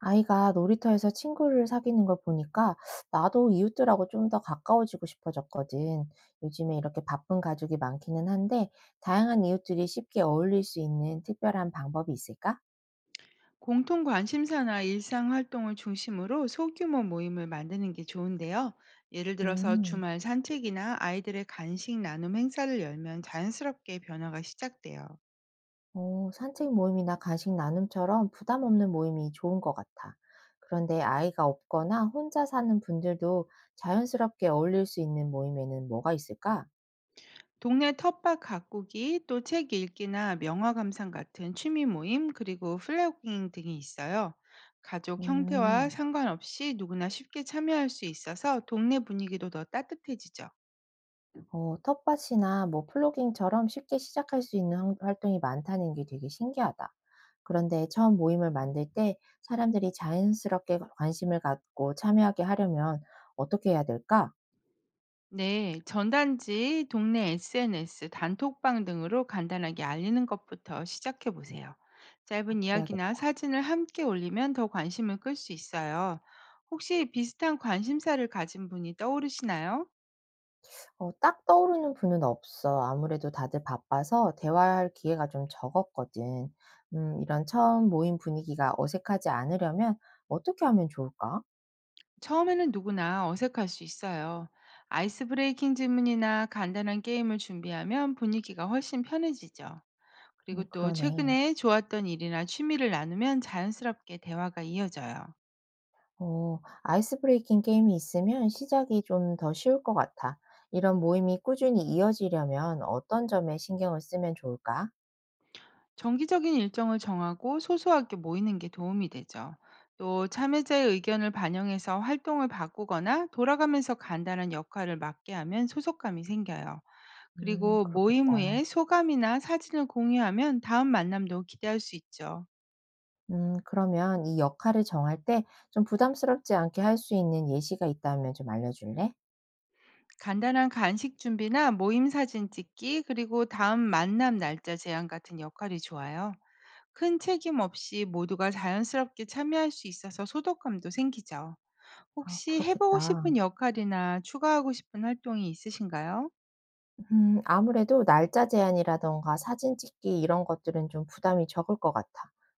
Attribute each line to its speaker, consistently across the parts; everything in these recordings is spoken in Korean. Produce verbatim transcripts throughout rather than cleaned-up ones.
Speaker 1: 아이가 놀이터에서 친구를 사귀는 걸 보니까 나도 이웃들하고 좀 더 가까워지고 싶어졌거든. 요즘에 이렇게 바쁜 가족이 많기는 한데, 다양한 이웃들이 쉽게 어울릴 수 있는 특별한 방법이 있을까?
Speaker 2: 공통 관심사나 일상 활동을 중심으로 소규모 모임을 만드는 게 좋은데요. 예를 들어서
Speaker 1: 음,
Speaker 2: 주말 산책이나 아이들의 간식 나눔 행사를 열면 자연스럽게 변화가 시작돼요.
Speaker 1: 어, 산책 모임이나 간식 나눔처럼 부담 없는 모임이 좋은 것 같아. 그런데 아이가 없거나 혼자 사는 분들도 자연스럽게 어울릴 수 있는 모임에는 뭐가 있을까?
Speaker 2: 동네 텃밭 가꾸기, 또 책 읽기나 명화 감상 같은 취미 모임, 그리고 플래깅 등이 있어요. 가족 형태와
Speaker 1: 음.
Speaker 2: 상관없이 누구나 쉽게 참여할 수 있어서 동네 분위기도 더 따뜻해지죠.
Speaker 1: 어 텃밭이나 뭐 플로깅처럼 쉽게 시작할 수 있는 활 활동이 많다는 게 되게 신기하다. 그런데 처음 모임을 만들 때 사람들이 자연스럽게 관심을 갖고 참여하게 하려면 어떻게 해야 될까?
Speaker 2: 네, 전단지, 동네 에스엔에스, 단톡방 등으로 간단하게 알리는 것부터 시작해 보세요.
Speaker 1: 아,
Speaker 2: 짧은 이야기나
Speaker 1: 그래야겠다.
Speaker 2: 사진을 함께 올리면 더 관심을 끌 수 있어요. 혹시 비슷한 관심사를 가진 분이 떠오르시나요?
Speaker 1: 어 딱 떠오르는 분은 없어. 아무래도 다들 바빠서 대화할 기회가 좀 적었거든. 음 이런 처음 모임 분위기가 어색하지 않으려면 어떻게 하면 좋을까?
Speaker 2: 처음에는 누구나 어색할 수 있어요. 아이스 브레이킹 질문이나 간단한 게임을 준비하면 분위기가 훨씬 편해지죠. 그리고
Speaker 1: 음,
Speaker 2: 또
Speaker 1: 그러네.
Speaker 2: 최근에 좋았던 일이나 취미를 나누면 자연스럽게 대화가 이어져요.
Speaker 1: 어, 아이스 브레이킹 게임이 있으면 시작이 좀 더 쉬울 것 같아. 이런 모임이 꾸준히 이어지려면 어떤 점에 신경을 쓰면 좋을까?
Speaker 2: 정기적인 일정을 정하고 소소하게 모이는 게 도움이 되죠. 또 참여자의 의견을 반영해서 활동을 바꾸거나 돌아가면서 간단한 역할을 맡게 하면 소속감이 생겨요.
Speaker 1: 음,
Speaker 2: 그리고 모임
Speaker 1: 그렇겠다.
Speaker 2: 후에 소감이나 사진을 공유하면 다음 만남도 기대할 수 있죠.
Speaker 1: 음, 그러면 이 역할을 정할 때 좀 부담스럽지 않게 할 수 있는 예시가 있다면 좀 알려줄래?
Speaker 2: 간단한 간식 준비나 모임 사진 찍기, 그리고 다음 만남 날짜 제한 같은 역할이 좋아요. 큰 책임 없이 모두가 자연스럽게 참여할 수 있어서 소속감도 생기죠.
Speaker 1: 아,
Speaker 2: 혹시 해보고
Speaker 1: 그렇겠다.
Speaker 2: 싶은 역할이나 추가하고 싶은 활동이 있으신가요?
Speaker 1: 음 아무래도 날짜 제한이라든가 사진 찍기 이런 것들은 좀 부담이 적을 것 같아.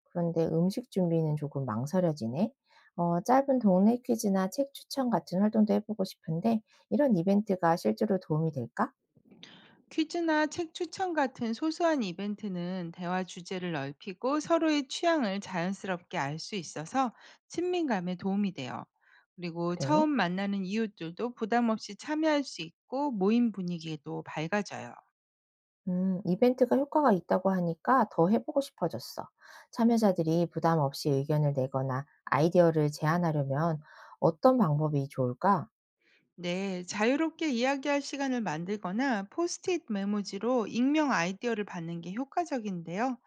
Speaker 1: 그런데 음식 준비는 조금 망설여지네. 어, 짧은 동네 퀴즈나 책 추천 같은 활동도 해보고 싶은데 이런 이벤트가 실제로 도움이 될까?
Speaker 2: 퀴즈나 책 추천 같은 소소한 이벤트는 대화 주제를 넓히고 서로의 취향을 자연스럽게 알 수 있어서 친밀감에 도움이 돼요. 그리고
Speaker 1: 그래.
Speaker 2: 처음 만나는 이웃들도 부담 없이 참여할 수 있고 모임 분위기에도 밝아져요.
Speaker 1: 음, 이벤트가 효과가 있다고 하니까 더 해보고 싶어졌어. 참여자들이 부담 없이 의견을 내거나 아이디어를 제안하려면 어떤 방법이 좋을까?
Speaker 2: 네, 자유롭게 이야기할 시간을 만들거나 포스트잇 메모지로 익명 아이디어를 받는 게 효과적인데요.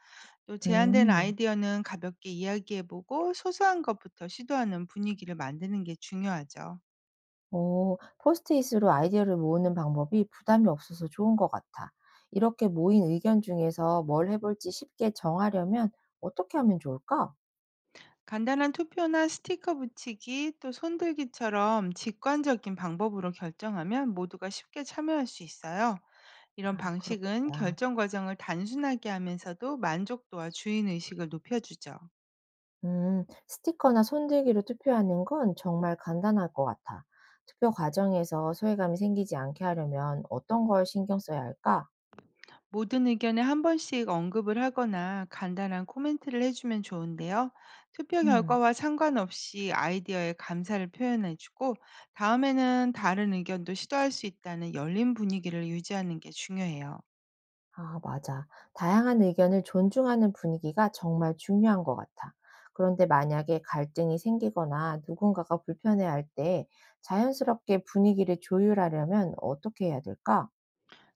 Speaker 2: 또 제한된
Speaker 1: 음.
Speaker 2: 아이디어는 가볍게 이야기해보고 소소한 것부터 시도하는 분위기를 만드는 게 중요하죠.
Speaker 1: 어, 포스트잇으로 아이디어를 모으는 방법이 부담이 없어서 좋은 것 같아. 이렇게 모인 의견 중에서 뭘 해볼지 쉽게 정하려면 어떻게 하면 좋을까?
Speaker 2: 간단한 투표나 스티커 붙이기, 또 손들기처럼 직관적인 방법으로 결정하면 모두가 쉽게 참여할 수 있어요. 이런
Speaker 1: 아,
Speaker 2: 방식은
Speaker 1: 그렇겠다.
Speaker 2: 결정 과정을 단순하게 하면서도 만족도와 주인 의식을 높여주죠.
Speaker 1: 음, 스티커나 손들기로 투표하는 건 정말 간단할 것 같아. 투표 과정에서 소외감이 생기지 않게 하려면 어떤 걸 신경 써야 할까?
Speaker 2: 모든 의견에 한 번씩 언급을 하거나 간단한 코멘트를 해주면 좋은데요. 투표
Speaker 1: 음.
Speaker 2: 결과와 상관없이 아이디어에 감사를 표현해주고 다음에는 다른 의견도 시도할 수 있다는 열린 분위기를 유지하는 게 중요해요.
Speaker 1: 아, 맞아. 다양한 의견을 존중하는 분위기가 정말 중요한 것 같아. 그런데 만약에 갈등이 생기거나 누군가가 불편해할 때 자연스럽게 분위기를 조율하려면 어떻게 해야 될까?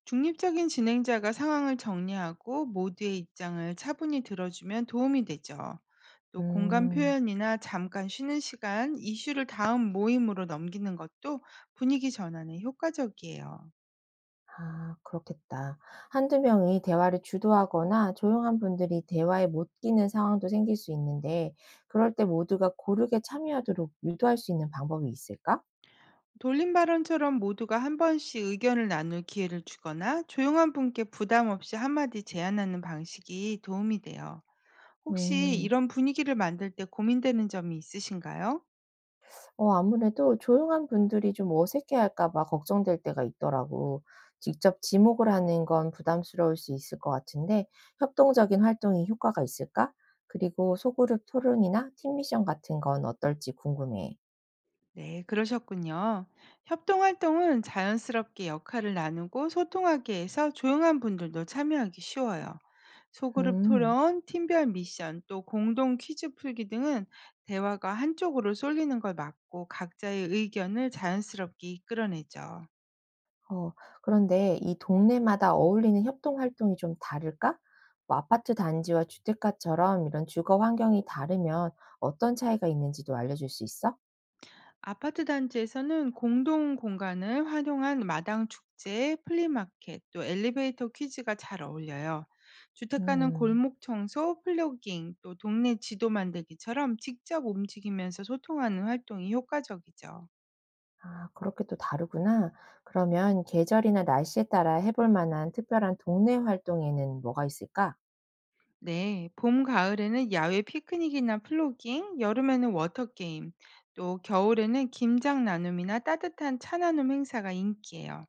Speaker 2: 중립적인 진행자가 상황을 정리하고 모두의 입장을 차분히 들어주면 도움이 되죠. 또 공간
Speaker 1: 음,
Speaker 2: 표현이나 잠깐 쉬는 시간, 이슈를 다음 모임으로 넘기는 것도 분위기 전환에 효과적이에요.
Speaker 1: 아, 그렇겠다. 한두 명이 대화를 주도하거나 조용한 분들이 대화에 못 끼는 상황도 생길 수 있는데, 그럴 때 모두가 고르게 참여하도록 유도할 수 있는 방법이 있을까?
Speaker 2: 돌림 발언처럼 모두가 한 번씩 의견을 나눌 기회를 주거나 조용한 분께 부담 없이 한마디 제안하는 방식이 도움이 돼요. 혹시
Speaker 1: 음.
Speaker 2: 이런 분위기를 만들 때 고민되는 점이 있으신가요?
Speaker 1: 어 아무래도 조용한 분들이 좀 어색해할까 봐 걱정될 때가 있더라고. 직접 지목을 하는 건 부담스러울 수 있을 것 같은데 협동적인 활동이 효과가 있을까? 그리고 소그룹 토론이나 팀 미션 같은 건 어떨지 궁금해.
Speaker 2: 네, 그러셨군요. 협동 활동은 자연스럽게 역할을 나누고 소통하게 해서 조용한 분들도 참여하기 쉬워요. 소그룹
Speaker 1: 음.
Speaker 2: 토론, 팀별 미션, 또 공동 퀴즈 풀기 등은 대화가 한쪽으로 쏠리는 걸 막고 각자의 의견을 자연스럽게 이끌어내죠.
Speaker 1: 어 그런데 이 동네마다 어울리는 협동 활동이 좀 다를까? 뭐 아파트 단지와 주택가처럼 이런 주거 환경이 다르면 어떤 차이가 있는지도 알려줄 수 있어?
Speaker 2: 아파트 단지에서는 공동 공간을 활용한 마당 축제, 플리마켓, 또 엘리베이터 퀴즈가 잘 어울려요. 주택가는
Speaker 1: 음.
Speaker 2: 골목 청소, 플로깅, 또 동네 지도 만들기처럼 직접 움직이면서 소통하는 활동이 효과적이죠.
Speaker 1: 아, 그렇게 또 다르구나. 그러면 계절이나 날씨에 따라 해볼 만한 특별한 동네 활동에는 뭐가 있을까?
Speaker 2: 네, 봄, 가을에는 야외 피크닉이나 플로깅, 여름에는 워터게임, 또 겨울에는 김장 나눔이나 따뜻한 차 나눔 행사가 인기예요.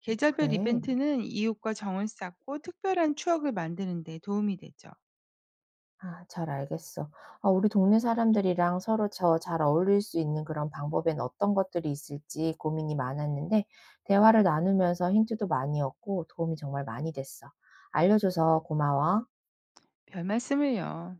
Speaker 2: 계절별
Speaker 1: 그래.
Speaker 2: 이벤트는 이웃과 정을 쌓고 특별한 추억을 만드는 데 도움이 되죠.
Speaker 1: 아, 잘 알겠어. 아, 우리 동네 사람들이랑 서로 저 잘 어울릴 수 있는 그런 방법엔 어떤 것들이 있을지 고민이 많았는데 대화를 나누면서 힌트도 많이 얻고 도움이 정말 많이 됐어. 알려줘서 고마워.
Speaker 2: 별 말씀을요.